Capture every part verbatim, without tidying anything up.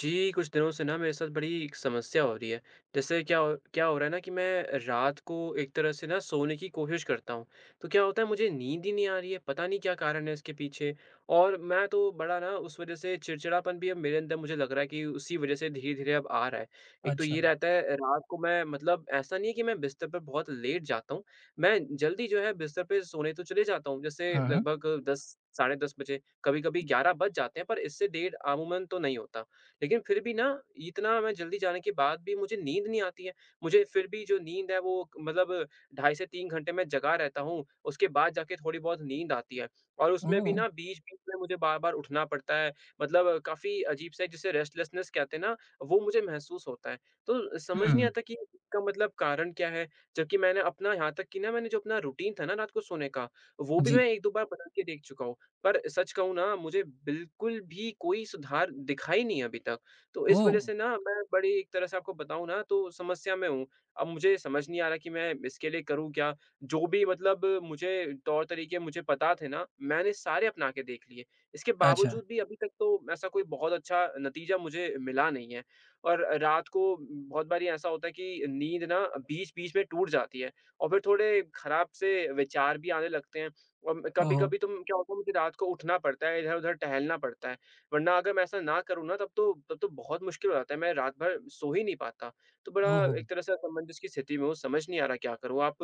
जी, कुछ दिनों से ना मेरे साथ बड़ी एक समस्या हो रही है। जैसे क्या हो क्या हो रहा है ना कि मैं रात को एक तरह से ना सोने की कोशिश करता हूँ, तो क्या होता है मुझे नींद ही नहीं आ रही है, पता नहीं क्या कारण है इसके पीछे। और मैं तो बड़ा ना उस वज़ह से चिड़चिड़ापन भी अब मेरे अंदर मुझे लग रहा है कि उसी वज़ह से धीरे-धीरे अब आ रहा है। एक तो ये अच्छा, रहता है रात को मैं मतलब ऐसा नहीं है कि मैं बिस्तर पर बहुत लेट जाता हूँ, मैं जल्दी जो है बिस्तर पे सोने तो चले जाता हूँ, जैसे हाँ, हाँ। लगभग दस साढ़े दस बजे, कभी-कभी ग्यारह बज जाते हैं पर इससे देर अमूमन तो नहीं होता। लेकिन फिर भी ना इतना मैं जल्दी जाने के बाद भी मुझे नींद नहीं आती है। मुझे फिर भी जो नींद है वो मतलब ढाई से तीन घंटे मैं जगा रहता हूँ, उसके बाद जाके थोड़ी बहुत नींद आती है। और उसमें भी ओह! ना बीच-बीच में मुझे बार-बार उठना पड़ता है, मतलब काफ़ी अजीब सा जिसे रेस्टलेसनेस कहते हैं ना, वो मुझे महसूस होता है। तो समझ नहीं हुँ, आता कि इसका मतलब कारण क्या है? जबकि मैंने अपना यहाँ तक कि ना मैंने जो अपना रूटीन था ना रात को सोने का, वो भी जी। मैं एक-दो बार बदल के देख चुका हूँ। पर सच कहूँ ना मुझे बिल्कुल भी कोई सुधार दिखा ही नहीं अभी तक। तो इस ओह! वज़ह से ना मैं बड़ी एक तरह से आपको बताऊँ ना तो समस्या में हूँ। अब मुझे समझ नहीं आ रहा कि मैं इसके लिए करूँ क्या? जो भी मतलब मुझे तौर-तरीके मुझे पता थे ना, मैंने सारे अपना के देख लिए। इसके अच्छा, बावजूद भी अभी तक तो ऐसा कोई बहुत अच्छा नतीजा मुझे मिला नहीं है। और रात को बहुत बारी ऐसा होता है कि नींद ना बीच-बीच में टूट जाती है और फिर थोड़े खराब से विचार भी आने लगते हैं। अम, ओहो, कभी-कभी तो क्या होता है मुझे रात को उठना पड़ता है, इधर-उधर टहलना पड़ता है, वरना अगर मैं ऐसा ना करूँ ना तब तो तब तो बहुत मुश्किल हो जाता है, मैं रात भर सो ही नहीं पाता। तो बड़ा ओहो! एक तरह से असमंजस की स्थिति में हूँ, समझ नहीं आ रहा क्या करूँ? आप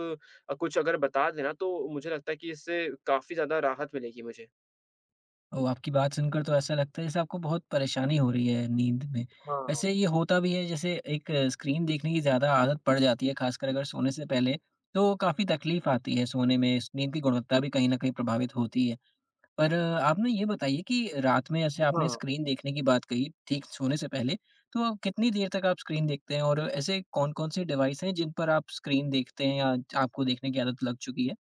अ, कुछ अगर बता दें ना तो मुझे लगता है कि इससे काफ़ी ज़्यादा राहत मिलेगी मुझे। ओह! आपकी बात सुनकर तो ऐसा लगता है जैसे आपको बहुत परेशानी हो रही है नींद में। हाँ, वैसे ये होता भी है जैसे एक स्क्रीन देखने की ज़्यादा आदत पड़ जाती है, ख़ासकर अगर सोने से पहले, तो काफ़ी तकलीफ़ आती है सोने में, स नींद की गुणवत्ता भी कहीं न कहीं प्रभावित होती है। पर अ, आप ना ये बताइए कि रात में ऐसे आपने हाँ। स्क्रीन देखने की बात कही, ठीक सोने से पहले, तो कितनी देर तक आप स्क्रीन देखते हैं? और ऐसे कौन-कौन से डिवाइस हैं जिन पर आप स्क्रीन देखते हैं या आपको देखने की आदत लग चुकी है?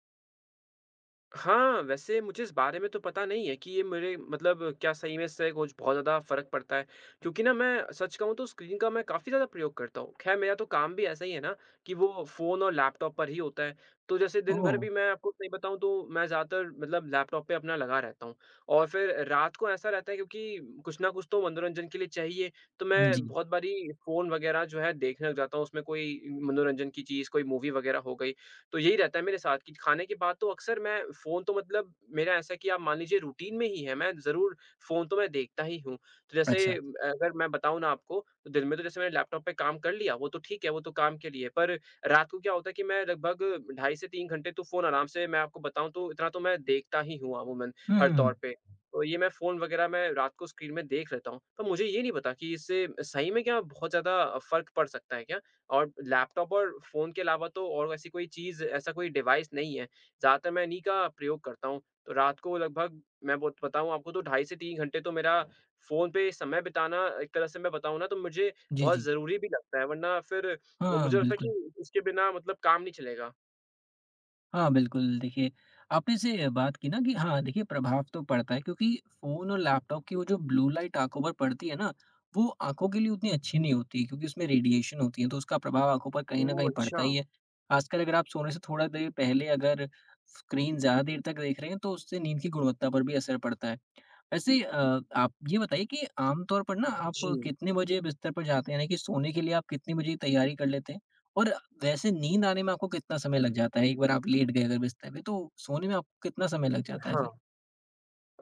हाँ, वैसे मुझे इस बारे में तो पता नहीं है कि ये मेरे मतलब क्या सही में इससे कुछ बहुत ज़्यादा फ़र्क पड़ता है? क्योंकि ना मैं सच कहूँ तो स्क्रीन का मैं काफ़ी ज़्यादा प्रयोग करता हूँ। ख़ैर मेरा तो काम भी ऐसा ही है ना कि वो फ़ोन और लैपटॉप पर ही होता है। तो जैसे दिन भर ओह! भी मैं आपको सही बताऊँ तो मैं ज़्यादातर मतलब लैपटॉप पे अपना लगा रहता हूँ। और फ़िर रात को ऐसा रहता है क्योंकि कुछ ना कुछ तो मनोरंजन के लिए चाहिए, तो मैं जी, बहुत बारी फ़ोन वग़ैरह जो है देखने लग जाता हूँ। उसमें कोई मनोरंजन की चीज़, कोई मूवी वग़ैरह हो गई। तो यही रहता है मेरे साथ कि खाने के बाद तो अक्सर मैं फ़ोन तो मतलब मेरा ऐसा है कि आप मान लीजिए रूटीन में ही है, मैं ज़रूर फ़ोन तो मैं देखता ही हूँ। तो जैसे अच्छा। अगर मैं बताऊँ ना आपको, तो दिन में तो जैसे मैंने लैपटॉप पे काम कर लिया, वो तो ठीक है, वो तो काम के लिए, पर रात को क्या होता है कि मैं लगभग ढाई से तीन घंटे तो फ़ोन आराम से मैं आपको बताऊँ तो इतना तो मैं देखता ही हूँ अमूमन हुँ, हर हुँ, हुँ। तौर पे। तो ये मैं फ़ोन वग़ैरह मैं रात को स्क्रीन में देख लेता हूँ। पर मुझे ये नहीं पता कि इससे सही में क्या बहुत ज़्यादा फ़र्क पड़ सकता है क्या? और लैपटॉप और फ़ोन के अलावा तो और ऐसी कोई चीज़, ऐसा कोई डिवाइस नहीं है। ज़्यादातर मैं इन्हीं का प्रयोग करता हूँ। तो रात को लगभग मैं बो बताऊँ आपको तो ढाई से तीन घंटे तो मेरा फ़ोन पे समय बिताना एक तरह से मैं बताऊँ ना तो मुझे जी, बहुत जी। ज़रूरी भी लगता है, वरना फिर हाँ, मुझे लगता है बिल्कुल। कि इसके बिना मतलब काम नहीं चलेगा। हाँ, बिल्कुल, देखिए आपने से बात की ना कि हाँ, देखिए प्रभाव तो पड़ता है क्योंकि फ़ोन और लैपटॉप की वो जो ब्लू लाइट आँखों पर पड़ती है ना, वो आँखों के लिए उतनी अच्छी नहीं होती क्योंकि उसमें रेडिएशन होती है, तो उसका प्रभाव आँखों पर कहीं न ओह! कहीं अच्छा। पड़ता ही है। ख़ासकर अगर आप सोने से थोड़ा देर पहले अगर स्क्रीन ज़्यादा देर तक देख रहे हैं, तो उससे नींद की गुणवत्ता पर भी असर पड़ता है। वैसे अ, आप ये बताइए कि आमतौर पर ना आप जी। कितने बजे बिस्तर पर जाते हैं? यानी कि सोने के लिए आप कितने बजे की तैयारी कर लेते हैं? और वैसे नींद आने में आपको कितना समय लग जाता है? एक बार आप लेट गए अगर बिस्तर पे तो सोने में आपको कितना समय लग जाता है फिर? हाँ।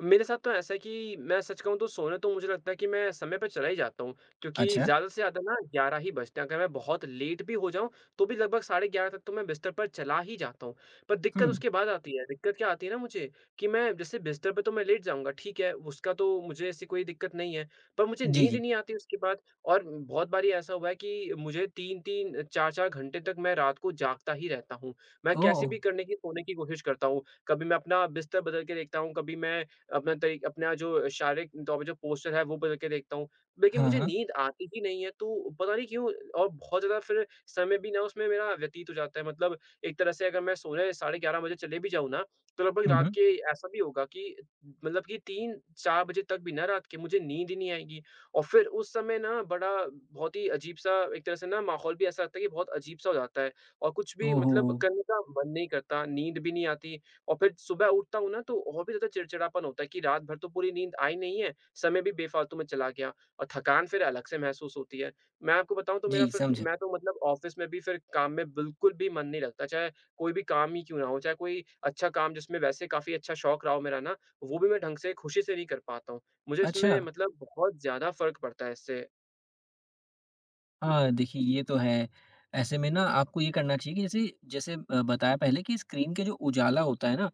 मेरे साथ तो ऐसा है कि मैं सच कहूँ तो सोने तो मुझे लगता है कि मैं समय पे चला ही जाता हूँ क्योंकि अच्छा, ज़्यादा से ज़्यादा ना ग्यारह ही बजते हैं। अगर मैं बहुत लेट भी हो जाऊँ, तो भी लगभग साढ़े ग्यारह तक तो मैं बिस्तर पर चला ही जाता हूँ। पर दिक्कत हुँ। उसके बाद आती है, दिक्कत क्या आती है ना मुझे कि मैं जैसे बिस्तर पे तो मैं लेट जाऊँगा, ठीक है, उसका तो मुझे ऐसी कोई दिक्कत नहीं है, पर मुझे जी, नींद जी। नहीं आती उसके बाद और बहुत बारी ऐसा हुआ है कि मुझे तीन-तीन चार-चार घंटे तक मैं रात को जागता ही रहता हूँ। मैं ओह! कैसे भी करने की सोने की कोशिश करता हूँ, कभी मैं अपना बिस्तर बदल के देखता हूँ, कभी मैं अपना तरी अपना जो शारीरिक तौर पे जो पोस्चर है वो बदल के देखता हूँ। लेकिन हाँ, मुझे हाँ। नींद आती ही नहीं है तो पता नहीं क्यों, और बहुत ज़्यादा फिर समय भी ना उसमें मेरा व्यतीत हो जाता है मतलब एक तरह से अगर मैं सोने साढ़े ग्यारह बजे चले भी जाऊँ ना, तो लगभग हुँ, रात हुँ। के ऐसा भी होगा कि मतलब कि तीन-चार बजे तक भी ना रात के मुझे नींद ही नहीं आएगी। और फिर उस समय ना बड़ा बहुत ही अजीब-सा एक तरह से ना माहौल भी ऐसा लगता है कि बहुत अजीब-सा हो जाता है और कुछ भी ओहो! मतलब करने का मन नहीं करता, नींद भी नहीं आती, और फिर सुबह उठता हूँ ना तो और भी ज़्यादा चिड़चिड़ापन होता है कि रात भर तो पूरी नींद आई नहीं है, समय भी बेफ़ालतू में चला गया और थकान फिर अलग से महसूस होती है। मैं आपको बताऊँ तो मेरा जी, फिर तो समझा। मैं तो मतलब ऑफ़िस में भी फिर काम में बिल्कुल भी मन नहीं लगता, चाहे कोई भी काम ही क्यों ना हो, चाहे कोई अच्छा काम जिसमें वैसे काफ़ी अच्छा शौक रहा हो मेरा ना, वो भी मैं ढंग से खुशी से नहीं कर पाता हूँ। मुझे अच्छा। इसमें मतलब बहुत ज़्यादा फ़र्क पड़ता है इससे। हाँ, देखिए ये तो है। ऐसे में ना आपको ये करना चाहिए कि जैसे जैसे अ, बताया पहले कि स्क्रीन के जो उजाला होता है ना,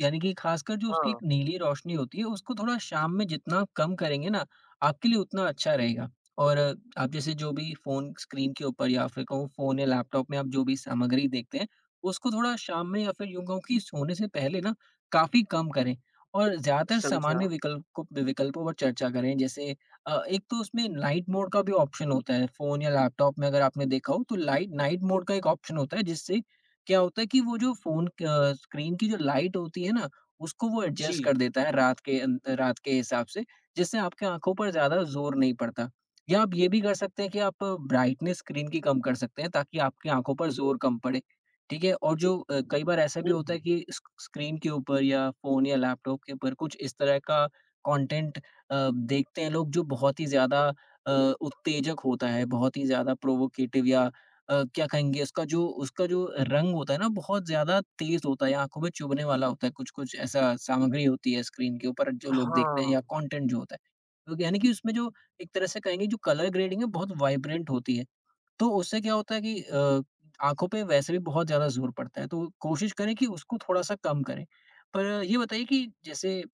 यानी कि खासकर जो उसकी हाँ, एक नीली रोशनी होती है, उसको थोड़ा शाम में जितना कम करेंगे ना, आपके लिए उतना अच्छा रहेगा। और अ, आप जैसे जो भी फ़ोन स्क्रीन के ऊपर या फिर कहूँ फ़ोन या लैपटॉप में आप जो भी सामग्री देखते हैं, उसको थोड़ा शाम में या फिर यूँ कहूँ कि सोने से पहले ना काफ़ी कम करें। और ज़्यादातर समझा। सामान्य विकल्प को विकल्पों पर चर्चा करें जैसे अ, एक तो उसमें लाइट मोड का भी ऑप्शन होता है, फ़ोन या लैपटॉप में अगर आपने देखा हो तो लाइट नाइट मोड का एक ऑप्शन होता है जिससे क्या होता है कि वो जो फ़ोन क स्क्रीन की जो लाइट होती है ना, उसको वो एडजस्ट जी। कर देता है रात के अन रात के हिसाब से, जिससे आपकी आँखों पर ज़्यादा ज़ोर नहीं पड़ता। या आप ये भी कर सकते हैं कि आप ब्राइटनेस स्क्रीन की कम कर सकते हैं ताकि आपकी आँखों पर ज़ोर कम पड़े, ठीक है? और जो अ, कई बार ऐसा हुँ, भी होता हुँ। है कि स्क स्क्रीन के ऊपर या फ़ोन या लैपटॉप के ऊपर कुछ इस तरह का कंटेंट अ, देखते हैं लोग जो बहुत ही ज़्यादा अ, उत्तेजक होता है, बहुत ही ज़्यादा प्रोवोकेटिव या अ, क्या कहेंगे उसका जो उसका जो रंग होता है ना बहुत ज़्यादा तेज़ होता है या आँखों में चुभने वाला होता है, कुछ-कुछ ऐसा सामग्री होती है स्क्रीन के ऊपर जो लोग देखते हैं हाँ। या कंटेंट जो होता है। तो यानी कि उसमें जो एक तरह से कहेंगे जो कलर ग्रेडिंग है बहुत वाइब्रेंट होती है। तो उससे क्या होता है कि अ, आँखों पे वैसे भी बहुत ज़्यादा ज़ोर पड़ता है, तो कोशिश करें कि उसको थोड़ा-सा कम करें। पर ये बताइए कि जैसे अ,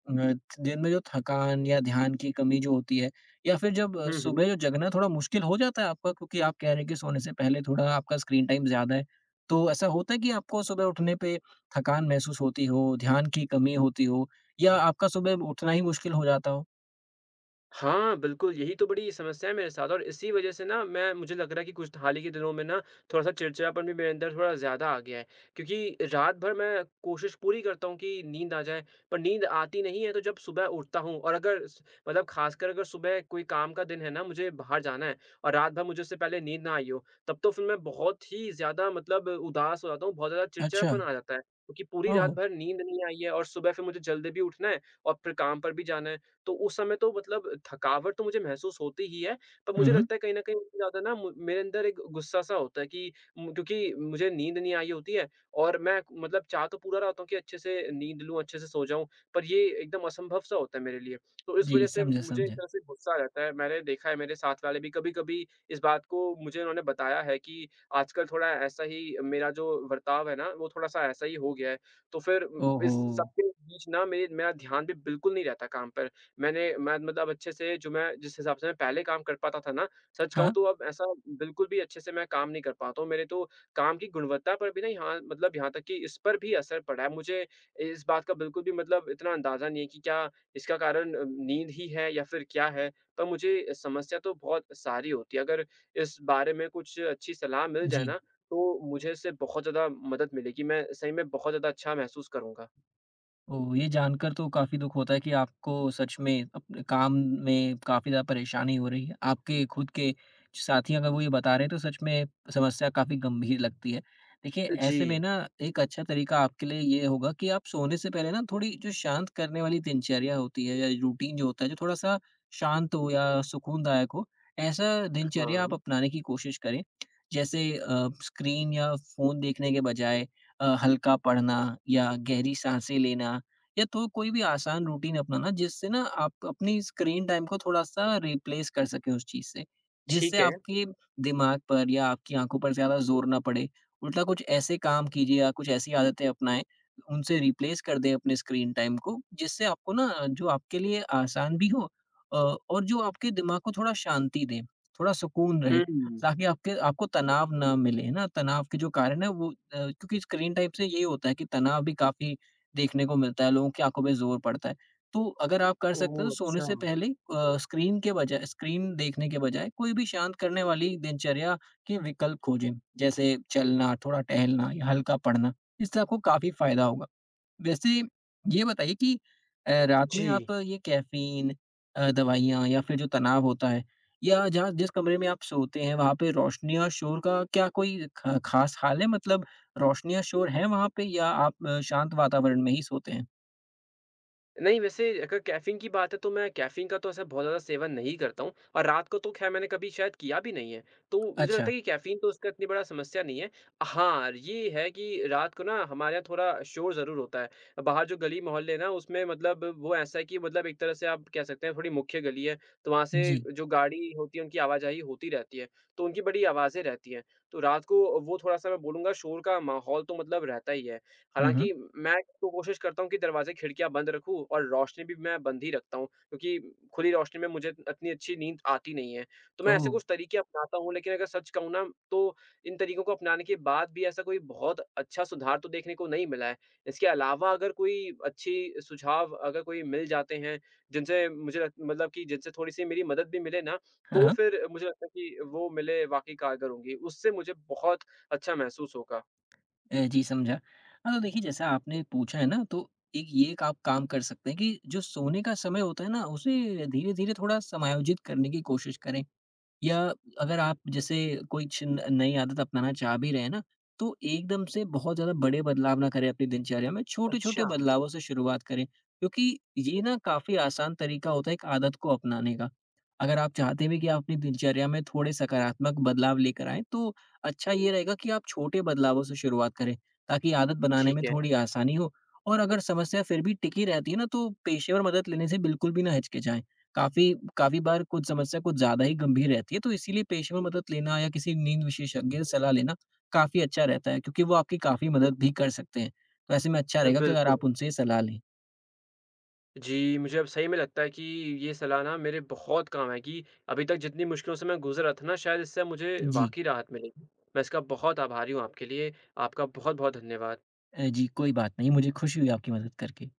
दिन में जो थकान या ध्यान की कमी जो होती है या फिर जब अ, हुँ, हुँ। सुबह जो जगना थोड़ा मुश्किल हो जाता है आपका क्योंकि आप कह रहे हैं कि सोने से पहले थोड़ा आपका स्क्रीन टाइम ज़्यादा है, तो ऐसा होता है कि आपको सुबह उठने पे थकान महसूस होती हो, ध्यान की कमी होती हो या आपका सुबह उठना ही मुश्किल हो जाता हो? हाँ, बिल्कुल, यही तो बड़ी समस्या है मेरे साथ, और इसी वज़ह से ना मैं मुझे लग रहा है कि कुछ हाल ही के दिनों में ना थोड़ा-सा चिड़चिड़ापन भी मेरे अंदर थोड़ा ज़्यादा आ गया है। क्योंकि रात भर मैं कोशिश पूरी करता हूँ कि नींद आ जाए, पर नींद आती नहीं है, तो जब सुबह उठता हूँ और अगर स मतलब ख़ासकर अगर सुबह कोई काम का दिन है ना, मुझे बाहर जाना है और रात भर मुझे उससे पहले नींद ना आई हो, तब तो फिर मैं बहुत ही ज़्यादा मतलब उदास हो जाता हूँ, बहुत ज़्यादा अच्छा, चिड़चिड़ापन आ जाता है। क्योंकि पूरी रात ओह! भर नींद नहीं आई है और सुबह फिर मुझे जल्दी भी उठना है और फिर काम पर भी जाना है। तो उस समय तो मतलब थकावट तो मुझे महसूस होती ही है, पर हुँ, मुझे हुँ। लगता है कहीं न कहीं उससे ज़्यादा ना मु मेरे अंदर एक गुस्सा-सा होता है कि उम, क्योंकि मुझे नींद नहीं आई होती है, और मैं मतलब चाह तो पूरा रहा होता हूँ कि अच्छे से नींद लूँ, अच्छे से सो जाऊँ, पर ये एकदम असंभव-सा होता है मेरे लिए। तो इस वज़ह जी, से समझा, मुझे एक समझा। तरह से गुस्सा रहता है, मैंने देखा है मेरे साथ वाले भी कभी-कभी इस बात को मुझे उन्होंने बताया है कि आजकल थोड़ा ऐसा ही मेरा जो बर्ताव है ना, वो थोड़ा-सा ऐसा ही हो गया है। तो फिर उम, ओहो! इस सब के बीच ना मेरे मेरा ध्यान भी बिल्कुल नहीं रहता काम पर। मैंने मैं मतलब अच्छे से जो मैं जिस हिसाब से मैं पहले काम कर पाता था ना, सच कहूँ हाँ, तो अब ऐसा बिल्कुल भी अच्छे से मैं काम नहीं कर पाता हूँ। मेरे तो काम की गुणवत्ता पर भी ना यहाँ मतलब यहाँ तक कि इस पर भी असर पड़ा है। मुझे इस बात का बिल्कुल भी मतलब इतना अंदाज़ा नहीं है कि क्या इसका कारण अ, नींद ही है या फिर क्या है? पर मुझे समस्या तो बहुत सारी होती है। अगर इस बारे में कुछ अच्छी सलाह मिल जाए जी। ना, तो मुझे इससे बहुत ज़्यादा मदद मिलेगी। मैं सही में बहुत ज़्यादा अच्छा महसूस करूँगा। ओह! ये जानकर तो काफ़ी दुःख होता है कि आपको सच में अपने काम में काफ़ी ज़्यादा परेशानी हो रही है। आपके खुद के साथी अगर वो ये बता रहे हैं तो सच में समस्या काफ़ी गंभीर लगती है। देखिए, ऐसे में जी, ना एक अच्छा तरीका आपके लिए ये होगा कि आप सोने से पहले ना थोड़ी जो शांत करने वाली दिनचर्या होती है या रूटीन जो होता है, जो थोड़ा-सा शांत हो या सुकूनदायक हो, ऐसा दिनचर्या आप हाँ, अपनाने की कोशिश करें। जैसे अ, स्क्रीन या फ़ोन देखने के बजाय अ, हल्का पढ़ना या गहरी साँसें लेना या तो कोई भी आसान रूटीन अपनाना जिससे ना आप अपनी स्क्रीन टाइम को थोड़ा-सा रिप्लेस कर सकें उस चीज़ से। जिससे ठीक है। आपके दिमाग पर या आपकी आँखों पर ज़्यादा ज़ोर ना पड़े। उल्टा कुछ ऐसे काम कीजिए या कुछ ऐसी आदतें अपनाएँ, उनसे रिप्लेस कर दें अपने स्क्रीन टाइम को, जिससे आपको ना जो आपके लिए आसान भी हो अ, और जो आपके दिमाग को थोड़ा शांति दे, थोड़ा सुकून रहे, हुँ। ताकि आपके आपको तनाव ना मिले, है ना? तनाव के जो कारण है वो अ, क्योंकि स्क्रीन टाइम से ये होता है कि तनाव भी काफ़ी देखने को मिलता है, लोगों की आँखों पे ज़ोर पड़ता है। तो अगर आप कर सकते हैं ओह! तो सोने अच्छा। से पहले अ, स्क्रीन के बजाय स्क्रीन देखने के बजाय कोई भी शांत करने वाली दिनचर्या के विकल्प खोजें, जैसे चलना, थोड़ा टहलना या हल्का पढ़ना। इससे आपको काफ़ी फ़ायदा होगा। वैसे ये बताइए कि अ, रात में जी। आप ये कैफ़ीन अ, दवाइयाँ या फिर जो तनाव होता है या जहाँ जिस कमरे में आप सोते हैं वहाँ पे रोशनी और शोर का क्या कोई ख ख़ास हाल है? मतलब रोशनी और शोर है वहाँ पे या आप अ, शांत वातावरण में ही सोते हैं? नहीं वैसे अगर कैफ़ीन की बात है तो मैं कैफ़ीन का तो ऐसा बहुत ज़्यादा सेवन नहीं करता हूँ, और रात को तो ख़ैर मैंने कभी शायद किया भी नहीं है। तो मुझे लगता अच्छा। है कि कैफ़ीन तो उसका इतनी बड़ा समस्या नहीं है। हाँ, ये है कि रात को ना हमारे यहाँ थोड़ा शोर ज़रूर होता है। बाहर जो गली मोहल्ले हैं ना उसमें मतलब वो ऐसा है कि मतलब एक तरह से आप कह सकते हैं थोड़ी मुख्य गली है। तो वहाँ से जी। जो गाड़ी होती है उनकी आवाजाही होती रहती है। तो उनकी बड़ी आवाज़ें रहती हैं। तो रात को वो थोड़ा-सा मैं बोलूँगा शोर का माहौल तो मतलब रहता ही है। हुँ, हुँ। हालाँकि मैं तो कोशिश करता हूँ कि दरवाज़े-खिड़कियाँ बंद रखूँ और रोशनी भी मैं बंद ही रखता हूँ, क्योंकि खुली रोशनी में मुझे इतनी अच्छी नींद आती नहीं है। तो मैं ऐसे ओह! कुछ तरीके अपनाता हूँ, लेकिन अगर सच कहूँ ना, तो इन तरीकों को अपनाने के बाद भी ऐसा कोई बहुत अच्छा सुधार तो देखने को नहीं मिला है। इसके अलावा अगर कोई अच्छी सुझाव अगर कोई मिल जाते हैं, जिनसे मुझे लग मतलब कि जिनसे थोड़ी-सी मेरी मदद भी मिले ना, हाँ, तो हाँ। फिर मुझे लगता है कि वो मेरे लिए वाक़ई कारगर होंगी। उससे मुझे बहुत अच्छा महसूस होगा। अ, जी समझा। हाँ, तो देखिए जैसा आपने पूछा है ना तो एक ये एक आप काम कर सकते हैं कि जो सोने का समय होता है ना उसे धीरे-धीरे थोड़ा समायोजित करने की कोशिश करें। या अगर आप जैसे कोई छ न- नई आदत अपनाना चाह भी रहे हैं ना, तो एकदम से बहुत ज़्यादा बड़े बदलाव ना करें अपनी दिनचर्या में, छोटे-छोटे अच्छा, बदलावों से शुरुआत करें। क्योंकि ये ना काफ़ी आसान तरीका होता है एक आदत को अपनाने का। अगर आप चाहते भी कि आप अपनी दिनचर्या में थोड़े सकारात्मक बदलाव लेकर आएँ, तो अच्छा ये रहेगा कि आप छोटे बदलावों से शुरुआत करें, ताकि आदत बनाने ठीक में है। थोड़ी आसानी हो और अगर समस्या फिर भी टिकी रहती है ना, तो पेशेवर मदद लेने से बिल्कुल भी ना हिचकिचाएँ। काफ़ी काफ़ी बार कुछ समस्या कुछ ज़्यादा ही गंभीर रहती है, तो इसीलिए पेशेवर मदद लेना या किसी नींद विशेषज्ञ से सलाह लेना काफ़ी अच्छा रहता है क्योंकि वो आपकी काफ़ी मदद भी कर सकते हैं। तो ऐसे में अच्छा अ, रहेगा कि अगर बिल्कुल। आप उनसे सलाह लें। जी, मुझे अब सही में लगता है कि ये सलाह ना मेरे बहुत काम आएगी। अभी तक जितनी मुश्किलों से मैं गुज़र रहा था ना, शायद इससे मुझे जी। वाक़ई राहत मिलेगी। मैं इसका बहुत आभारी हूँ आपके लिए। आपका बहुत-बहुत धन्यवाद। अ, जी, कोई बात नहीं। मुझे खुशी हुई आपकी मदद करके।